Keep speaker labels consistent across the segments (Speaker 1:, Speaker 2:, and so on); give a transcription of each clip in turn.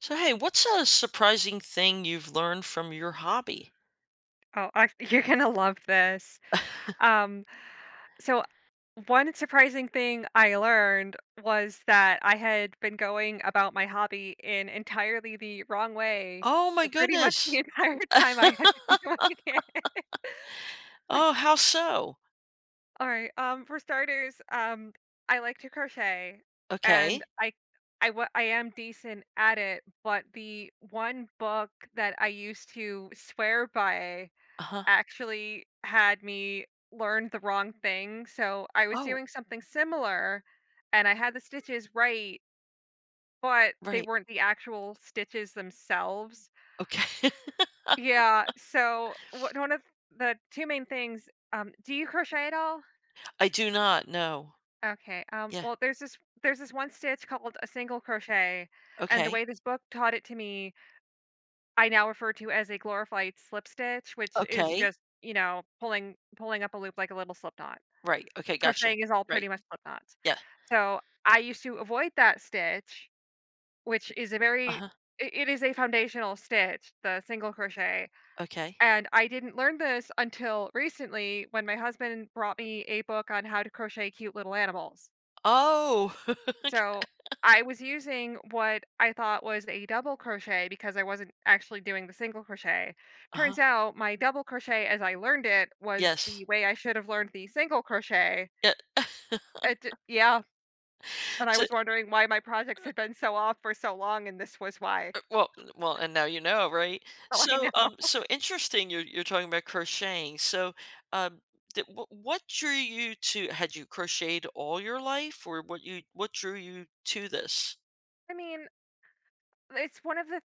Speaker 1: So, hey, what's a surprising thing you've learned from your hobby?
Speaker 2: Oh, I you're gonna love this. Um, so one surprising thing I learned was that I had been going about my hobby in entirely the wrong way
Speaker 1: Oh my
Speaker 2: for pretty much the
Speaker 1: goodness.
Speaker 2: entire time I had been doing it.
Speaker 1: Oh, how so?
Speaker 2: All right. For starters, I like to crochet, and
Speaker 1: Okay.
Speaker 2: I am decent at it. But the one book that I used to swear by
Speaker 1: Uh-huh.
Speaker 2: actually had me learn the wrong thing. So I was
Speaker 1: Oh,
Speaker 2: doing something similar and I had the stitches right, but they
Speaker 1: right.
Speaker 2: weren't the actual stitches themselves.
Speaker 1: Okay.
Speaker 2: Yeah. So what one of the two main things, do you crochet at all?
Speaker 1: I do not know.
Speaker 2: Okay.
Speaker 1: Yeah.
Speaker 2: Well, there's this one stitch called a single crochet, and the
Speaker 1: Okay.
Speaker 2: way this book taught it to me, I now refer to as a glorified slip stitch, which is
Speaker 1: Okay.
Speaker 2: just you know pulling up a loop like a little slip knot.
Speaker 1: Right. Okay. Gotcha.
Speaker 2: Crocheting is all
Speaker 1: Right.
Speaker 2: pretty much slip knots.
Speaker 1: Yeah.
Speaker 2: So, I used to avoid that stitch, which is a very
Speaker 1: Uh-huh.
Speaker 2: I it is a foundational stitch, the single crochet,
Speaker 1: Okay.
Speaker 2: and I didn't learn this until recently when my husband brought me a book on how to crochet cute little animals.
Speaker 1: Oh. Okay.
Speaker 2: So, I was using what I thought was a double crochet because I wasn't actually doing the single crochet.
Speaker 1: Uh-huh.
Speaker 2: Turns out my double crochet as I learned it was
Speaker 1: Yes.
Speaker 2: the way I should have learned the single crochet.
Speaker 1: Yeah.
Speaker 2: It d Yeah. And I
Speaker 1: So,
Speaker 2: was wondering why my projects had been so off for so long, and this was why.
Speaker 1: Er, well well, and now you know, right?
Speaker 2: So I
Speaker 1: So,
Speaker 2: know.
Speaker 1: so interesting you're talking about crocheting. So, um, d what drew you to had you crocheted all your life, or what you what drew you to this?
Speaker 2: I mean, it's one of the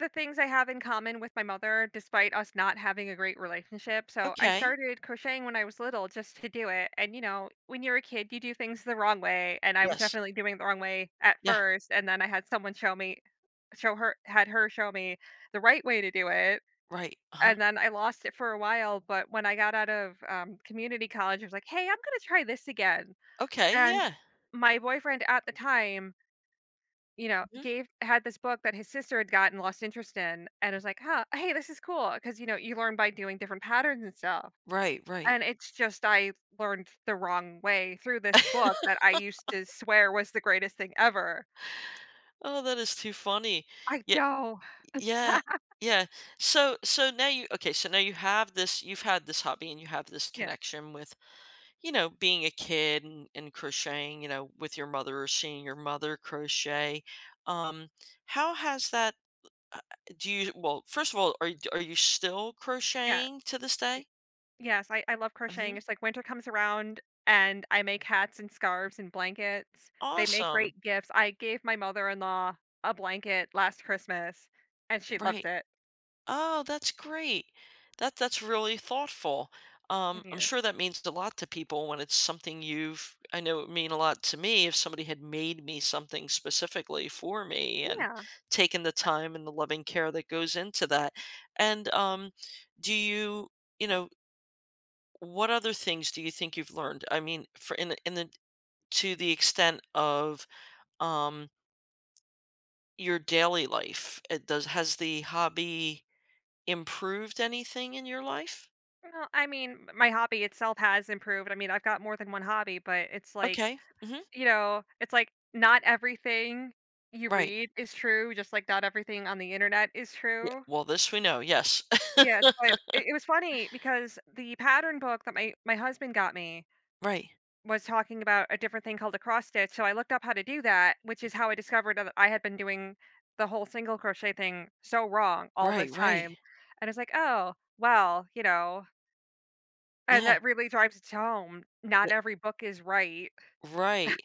Speaker 2: the things I have in common with my mother, despite us not having a great relationship. So I
Speaker 1: Okay.
Speaker 2: started crocheting when I was little just to do it. And you know, when you're a kid, you do things the wrong way, and I was
Speaker 1: Yes.
Speaker 2: definitely doing it the wrong way at
Speaker 1: Yeah.
Speaker 2: first. And then I had someone show me, show her, had her show me the right way to do it.
Speaker 1: Right. Uh-huh.
Speaker 2: And then I lost it for a while. But when I got out of community college, I was like, hey, I'm going to try this again.
Speaker 1: Okay,
Speaker 2: And
Speaker 1: yeah.
Speaker 2: my boyfriend at the time, you know,
Speaker 1: Mhm.
Speaker 2: gave had this book that his sister had gotten lost interest in, and was like, "Huh, hey, this is cool because you know, you learn by doing different patterns and stuff,
Speaker 1: Right, right.
Speaker 2: and it's just I learned the wrong way through this book that I used to swear was the greatest thing ever."
Speaker 1: Oh, that is too funny.
Speaker 2: I
Speaker 1: Yeah.
Speaker 2: know.
Speaker 1: Yeah, yeah. So now you okay, so now you have this you've had this hobby and you have this
Speaker 2: Yeah,
Speaker 1: connection with you know, being a kid and crocheting, you know, with your mother or seeing your mother crochet, um, how has that? uh, Do you well? First of all, are you still
Speaker 2: yeah.
Speaker 1: crocheting to this day?
Speaker 2: Yes, I love
Speaker 1: Hmm.
Speaker 2: crocheting. It's like winter comes around and I make hats and scarves and blankets. They make
Speaker 1: Awesome,
Speaker 2: great gifts. I gave my mother-in-law a blanket last Christmas and she loves
Speaker 1: right?
Speaker 2: it.
Speaker 1: Oh, that's great. That that's really thoughtful. I'm
Speaker 2: Yeah.
Speaker 1: sure that means a lot to people when it's something you've. I know it would mean a lot to me if somebody had made me something specifically for me and
Speaker 2: Yeah.
Speaker 1: taken the
Speaker 2: I
Speaker 1: time and the loving care that goes into that. And do you, you know, what other things do you think you've learned? I mean, for in the to the extent of um, your daily life, it does has the hobby improved anything in your life?
Speaker 2: Well, I mean, my hobby itself has improved. I mean, I've got more than one hobby, but it's like,
Speaker 1: Okay, mhm,
Speaker 2: you know, it's like not everything you
Speaker 1: right.
Speaker 2: read is true, just like not everything on the internet is
Speaker 1: Yeah,
Speaker 2: true.
Speaker 1: well, this we know, yes.
Speaker 2: Yes, but it was funny because the pattern book that my husband got me
Speaker 1: Right,
Speaker 2: was talking about a different thing called a cross stitch, so I looked up how to do that, which is how I discovered that I had been doing the whole single crochet thing so wrong all this
Speaker 1: right, right.
Speaker 2: time, and it's like, "Oh, well," you know, and
Speaker 1: Yeah,
Speaker 2: that really drives it home.
Speaker 1: ye
Speaker 2: Not every book is right,
Speaker 1: right,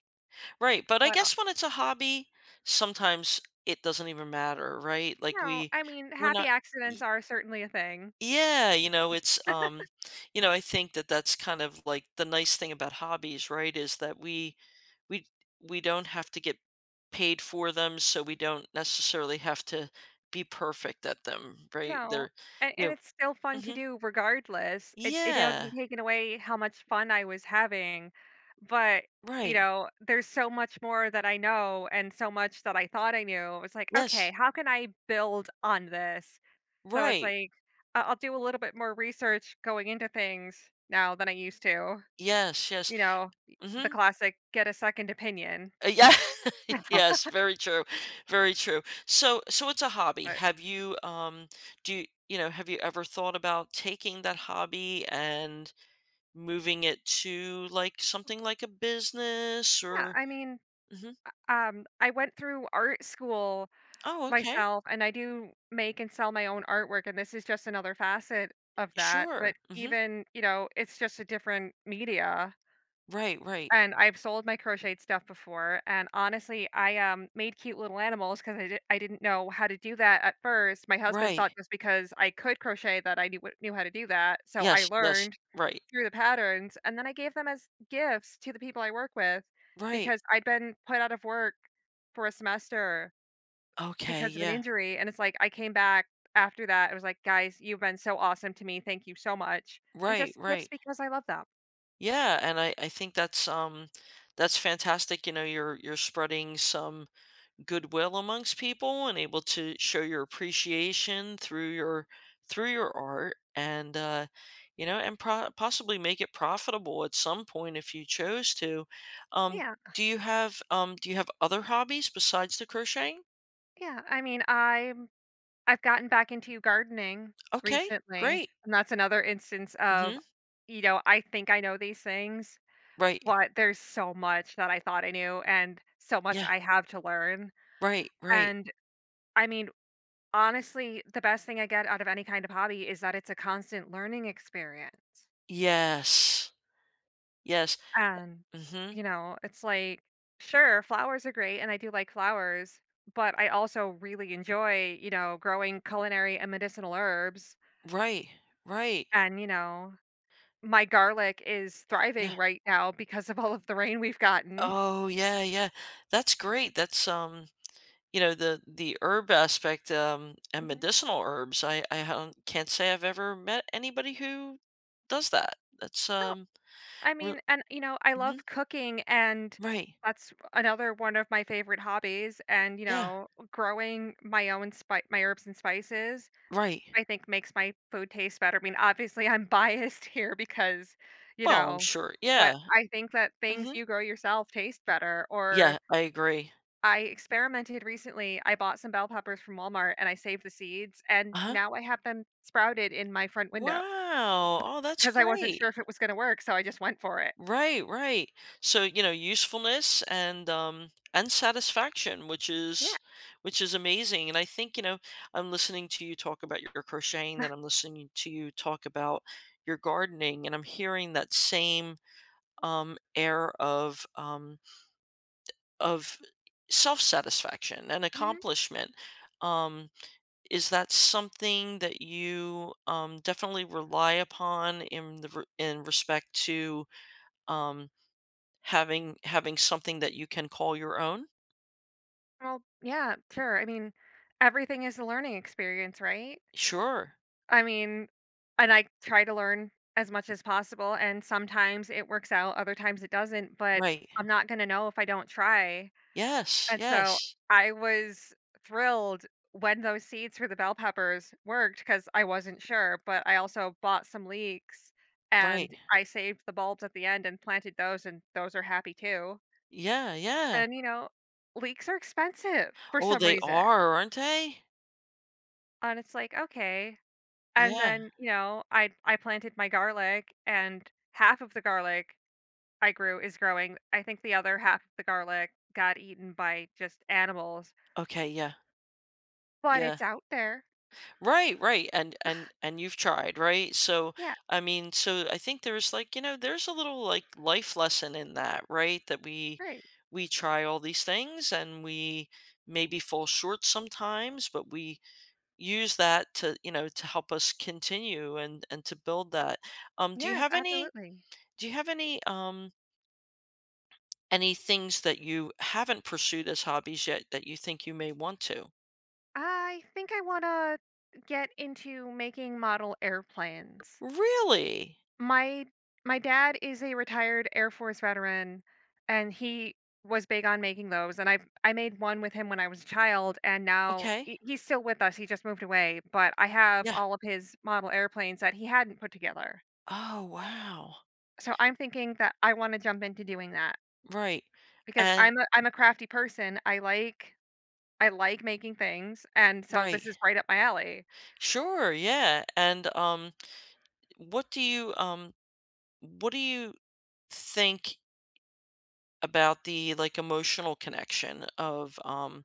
Speaker 1: right, but I
Speaker 2: but,
Speaker 1: guess when it's a hobby, sometimes it doesn't even matter, right?
Speaker 2: you
Speaker 1: Like,
Speaker 2: know,
Speaker 1: we
Speaker 2: I mean,
Speaker 1: we're
Speaker 2: happy
Speaker 1: not Y
Speaker 2: accidents are certainly a thing.
Speaker 1: yeah, you know, I think that that's kind of, like, the nice thing about hobbies, right, is that we we don't have to get paid for them, so we don't necessarily have to be perfect at them, right?
Speaker 2: No,
Speaker 1: They're you
Speaker 2: and
Speaker 1: know.
Speaker 2: it's still fun to
Speaker 1: Mhm,
Speaker 2: do regardless. It hasn't
Speaker 1: yeah.
Speaker 2: taken away how much fun I was having, but, you
Speaker 1: Right.
Speaker 2: know, there's so much more that I know and so much that I thought I knew. It was like, "Okay,
Speaker 1: Yes.
Speaker 2: how can I build on this?" So it's
Speaker 1: Right.
Speaker 2: like, I'll do a little bit more research going into things now than I used to,
Speaker 1: Yes, yes.
Speaker 2: you know, the
Speaker 1: Mhm.
Speaker 2: classic get a second opinion.
Speaker 1: Yeah. Yes, very true. Very true. So it's a hobby.
Speaker 2: But,
Speaker 1: Have you, do you you know, have you ever thought about taking that hobby and moving it to, like, something like a business
Speaker 2: yeah,
Speaker 1: or
Speaker 2: I mean,
Speaker 1: mhm.
Speaker 2: I went through art school
Speaker 1: Oh, okay.
Speaker 2: myself, and I do make and sell my own artwork, and this is just another facet of that,
Speaker 1: Sure.
Speaker 2: but
Speaker 1: Mhm.
Speaker 2: even, you know, it's just a different media,
Speaker 1: Right, right.
Speaker 2: and I've sold my crocheted stuff before, and honestly, I, made cute little animals because I didn't know how to do that at first. My husband thought
Speaker 1: Right.
Speaker 2: just because I could crochet that I knew knew how to do that, so I
Speaker 1: Yes, yes.
Speaker 2: learned
Speaker 1: Right.
Speaker 2: through the patterns, and then I gave them as gifts to the people I work with
Speaker 1: Right.
Speaker 2: because I'd been put out of work for a semester
Speaker 1: Okay,
Speaker 2: because of an
Speaker 1: yeah.
Speaker 2: injury, and it's like, I came back after that. It was like, "Guys, you've been so awesome to me, thank you so much," and
Speaker 1: Right,
Speaker 2: just gifts
Speaker 1: right.
Speaker 2: because I love them.
Speaker 1: Yeah, and I think that's fantastic. You know, you're spreading some goodwill amongst people and able to show your appreciation through your art and you know and possibly make it profitable at some point if you chose to. Um
Speaker 2: Yeah,
Speaker 1: do you have do you have other hobbies besides the crocheting?
Speaker 2: yeah, I mean, I've gotten back into gardening
Speaker 1: Okay,
Speaker 2: recently,
Speaker 1: great.
Speaker 2: and that's another instance of,
Speaker 1: Mhm.
Speaker 2: you know, I think I know these things,
Speaker 1: Right.
Speaker 2: but there's so much that I thought I knew and so much
Speaker 1: Yeah.
Speaker 2: I have to learn,
Speaker 1: Right, right.
Speaker 2: and, I mean, honestly, the best thing I get out of any kind of hobby is that it's a constant learning experience.
Speaker 1: Yes. Yes.
Speaker 2: And,
Speaker 1: Mhm.
Speaker 2: you know, it's like, sure, flowers are great, and I do like flowers, but I also really enjoy, you know, growing culinary and medicinal herbs.
Speaker 1: Right. Right.
Speaker 2: And, you know, my garlic is
Speaker 1: Yeah.
Speaker 2: thriving right now because of all of the rain we've gotten.
Speaker 1: Oh, yeah, yeah. That's great. That's You know, the herb aspect and
Speaker 2: Mhm.
Speaker 1: medicinal herbs. I don't, can't say I've ever met anybody who does that. That's
Speaker 2: No, I
Speaker 1: re-
Speaker 2: mean, and, you know, I
Speaker 1: mhm,
Speaker 2: love cooking, and
Speaker 1: right.
Speaker 2: that's another one of my favorite hobbies. And, you
Speaker 1: Yeah,
Speaker 2: know, growing my herbs and spices
Speaker 1: right.
Speaker 2: I think makes my food taste better. I mean, obviously, I'm biased here because, you
Speaker 1: Well, I'm
Speaker 2: know,
Speaker 1: sure.
Speaker 2: but
Speaker 1: Yeah.
Speaker 2: I think that things
Speaker 1: Hmm.
Speaker 2: you grow yourself taste better.
Speaker 1: Yeah,
Speaker 2: Or
Speaker 1: I agree.
Speaker 2: I experimented recently. I bought some bell peppers from Walmart and I saved the seeds, and
Speaker 1: Uh-huh.
Speaker 2: now I have them sprouted in my front window
Speaker 1: Wow. Oh, that's
Speaker 2: because I wasn't
Speaker 1: great.
Speaker 2: sure if it was going to work, so I just went for it.
Speaker 1: Right, right. So, you know, usefulness and satisfaction,
Speaker 2: Yeah.
Speaker 1: which is amazing. And I think, you know, I'm listening to you talk about your crocheting, then I'm listening to you talk about your gardening, and I'm hearing that same air of of self-satisfaction and
Speaker 2: Hmm.
Speaker 1: accomplishment. Um, is that something that you definitely rely upon in in respect to? um, Having having something that you can call your own?
Speaker 2: Well, yeah, sure. I mean, everything is a learning experience, right?
Speaker 1: Sure.
Speaker 2: I mean and I try to learn as much as possible, and sometimes it works out, other times it doesn't, but
Speaker 1: Right.
Speaker 2: I'm not gonna know if I don't try,
Speaker 1: Yes,
Speaker 2: and so
Speaker 1: yes.
Speaker 2: I was thrilled when those seeds for the bell peppers worked, because I wasn't sure, but I also bought some leeks, and
Speaker 1: Right.
Speaker 2: I saved the bulbs at the end and planted those, and those are happy too,
Speaker 1: Yeah, yeah.
Speaker 2: and, you know, leeks are expensive for
Speaker 1: Oh,
Speaker 2: some
Speaker 1: they
Speaker 2: reason,
Speaker 1: are, aren't they?
Speaker 2: and it's like, "Okay." And
Speaker 1: Yeah.
Speaker 2: then, you know, I planted my garlic and half of the garlic I grew is growing. I think the other half of the garlic got eaten by just animals,
Speaker 1: Okay, yeah.
Speaker 2: but
Speaker 1: Yeah.
Speaker 2: it's out there.
Speaker 1: Right, right. And you've tried, right? So,
Speaker 2: Yeah,
Speaker 1: I mean, so I think there's like, you know, there's a little like life lesson in that, right? That
Speaker 2: right.
Speaker 1: we try all these things and we maybe fall short sometimes, but we use that to you know to help us continue and to build that do you
Speaker 2: Yes,
Speaker 1: have any
Speaker 2: absolutely.
Speaker 1: do you have any um any things that you haven't pursued as hobbies yet that you think you may want to
Speaker 2: I think I want to get into making model airplanes.
Speaker 1: really
Speaker 2: My my dad is a retired Air Force veteran, and he was big on making those, and I made one with him when I was a child, and now
Speaker 1: okay
Speaker 2: he's still with us. He just moved away, but I have
Speaker 1: yeah
Speaker 2: all of his model airplanes that he hadn't put together.
Speaker 1: oh wow
Speaker 2: So I'm thinking that I want to jump into doing that
Speaker 1: right
Speaker 2: because
Speaker 1: and
Speaker 2: I'm a crafty person. I like making things, and so
Speaker 1: right
Speaker 2: this is right up my alley.
Speaker 1: sure yeah and what do you um what do you think about the like emotional connection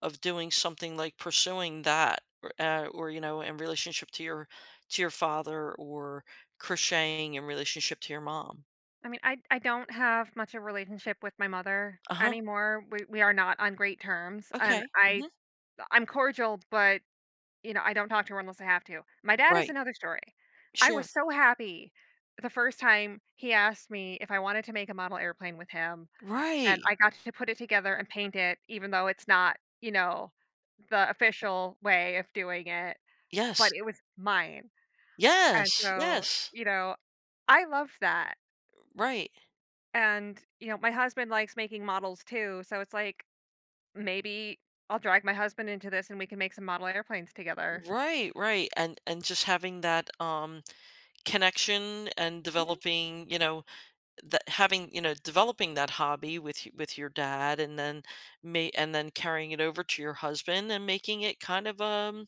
Speaker 1: of doing something like pursuing that or you know in relationship to your father or crocheting in relationship to your mom
Speaker 2: I mean, I don't have much of a relationship with my mother
Speaker 1: uh-huh
Speaker 2: anymore. We are not on great terms, and
Speaker 1: okay hmm
Speaker 2: I'm cordial, but, you know, I don't talk to her unless I have to. My dad is
Speaker 1: right
Speaker 2: another story. I was
Speaker 1: sure
Speaker 2: so happy the first time he asked me if I wanted to make a model airplane with him, and
Speaker 1: right
Speaker 2: I got to put it together and paint it, even though it's not, you know, the official way of doing it, but
Speaker 1: yes
Speaker 2: it was mine. And
Speaker 1: yes
Speaker 2: so,
Speaker 1: yes
Speaker 2: you know, I love that.
Speaker 1: right
Speaker 2: And, you know, my husband likes making models too. So it's like, maybe I'll drag my husband into this and we can make some model airplanes together.
Speaker 1: right right and just having that connection and developing you know that having you know developing that hobby with with your dad and then may and then carrying it over to your husband and making it kind of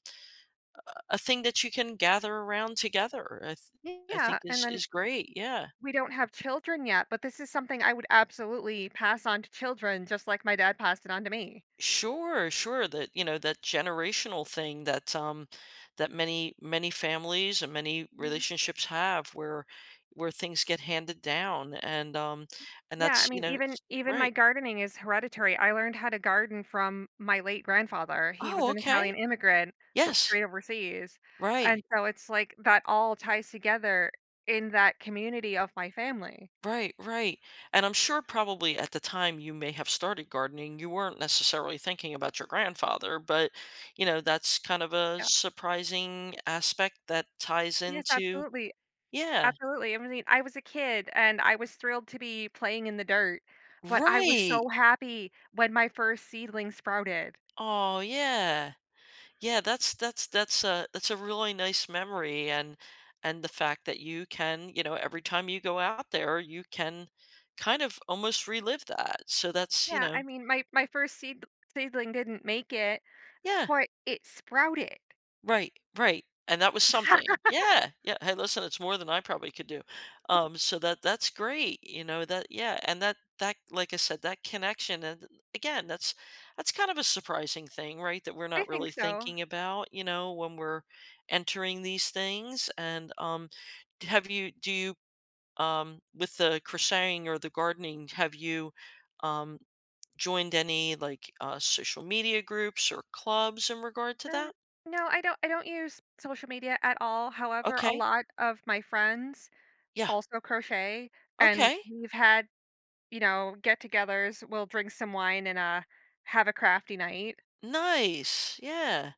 Speaker 1: a thing that you can gather around together I
Speaker 2: Yeah,
Speaker 1: think
Speaker 2: and then
Speaker 1: is great yeah
Speaker 2: we don't have children yet, but this is something I would absolutely pass on to children just like my dad passed it on to me.
Speaker 1: sure sure that you know that generational thing that that many many families and many
Speaker 2: Mhm.
Speaker 1: relationships have where things get handed down and
Speaker 2: Yeah, I
Speaker 1: that's you
Speaker 2: mean,
Speaker 1: know
Speaker 2: even
Speaker 1: s-
Speaker 2: even my
Speaker 1: right
Speaker 2: gardening is hereditary. I learned how to garden from my late grandfather. He was
Speaker 1: oh
Speaker 2: an
Speaker 1: okay
Speaker 2: Italian immigrant fro
Speaker 1: yes
Speaker 2: straight overseas,
Speaker 1: right.
Speaker 2: and so it's like that all ties together in that community of my family.
Speaker 1: Right, right. And I'm sure probably at the time you may have started gardening, you weren't necessarily thinking about your grandfather, but you know, that's kind of a
Speaker 2: Yeah.
Speaker 1: surprising aspect that ties
Speaker 2: Yes,
Speaker 1: into.
Speaker 2: absolutely.
Speaker 1: Yeah.
Speaker 2: Absolutely, I mean, I was a kid and I was thrilled to be playing in the dirt, but I was
Speaker 1: Right.
Speaker 2: so happy when my first seedling sprouted.
Speaker 1: Oh, yeah. Yeah, that's a really nice memory and the fact that you can, you know, every time you go out there, you can kind of almost relive that. So that's, you
Speaker 2: Yeah, I
Speaker 1: know,
Speaker 2: mean, my first seed seedling didn't make it,
Speaker 1: yeah.
Speaker 2: but it sprouted.
Speaker 1: Right, right, and that was something. Yeah, yeah, "Hey, listen, it's more than I probably could do." So that that's great, you know, that yeah, and that that like I said, that connection and again, that's kind of a surprising thing, right, that we're not
Speaker 2: I
Speaker 1: really
Speaker 2: think so.
Speaker 1: thinking about, you know, when we're entering these things, and, d have you do you, with the crocheting or the gardening, have you, um, joined any, like, social media groups or clubs in regard to
Speaker 2: Um,
Speaker 1: that?
Speaker 2: no, I don't use social media at all, however, a
Speaker 1: Okay.
Speaker 2: lot of my friends
Speaker 1: Yeah.
Speaker 2: also crochet, and
Speaker 1: Okay.
Speaker 2: we've had, you know, get-togethers, we'll drink some wine and, have a crafty night,
Speaker 1: Nice. Yeah.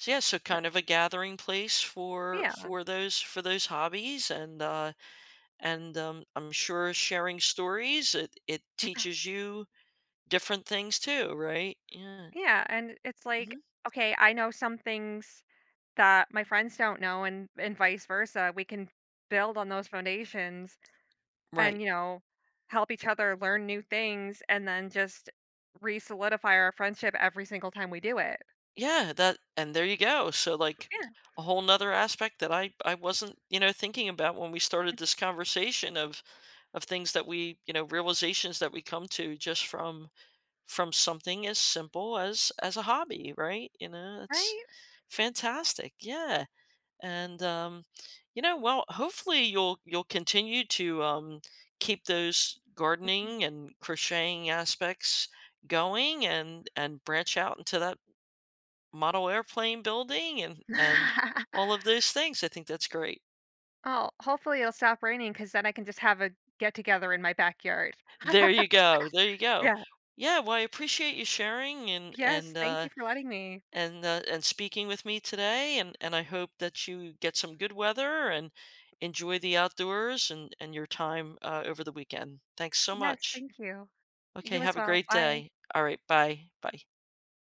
Speaker 1: So yeah, so
Speaker 2: but
Speaker 1: kind of a gathering place
Speaker 2: yeah.
Speaker 1: for those hobbies and I'm sure sharing stories it it teaches you different things too, right? Yeah.
Speaker 2: Yeah, and it's
Speaker 1: Hmm.
Speaker 2: like, okay, I know some things that my friends don't know and vice versa. We can build on those foundations and,
Speaker 1: Right.
Speaker 2: you know, help each other learn new things and then just re-solidify our friendship every single time we do it.
Speaker 1: Yeah, that and there you go. So like
Speaker 2: Yeah,
Speaker 1: a whole nother aspect that I wasn't, you know, thinking about when we started this conversation of things that we, you know, realizations that we come to just from something as simple as a hobby, right? You know, it's
Speaker 2: Right?
Speaker 1: fantastic. Yeah. And you know, well, hopefully you'll continue to keep those
Speaker 2: Mhm.
Speaker 1: gardening and crocheting aspects going and branch out into that model airplane building and all of those things. I think that's great.
Speaker 2: Oh, hopefully it'll stop raining because then I can just have a get together in my backyard.
Speaker 1: There you go. There you go.
Speaker 2: Yeah.
Speaker 1: Yeah, well, I appreciate you sharing and
Speaker 2: Yes. Thank you for letting me.
Speaker 1: and speaking with me today and I hope that you get some good weather and enjoy the outdoors and your time over the weekend. Thanks so
Speaker 2: Yes.
Speaker 1: much.
Speaker 2: Thank you.
Speaker 1: Okay,
Speaker 2: You
Speaker 1: have
Speaker 2: as
Speaker 1: a
Speaker 2: well.
Speaker 1: great
Speaker 2: Bye.
Speaker 1: day. All right, bye. Bye.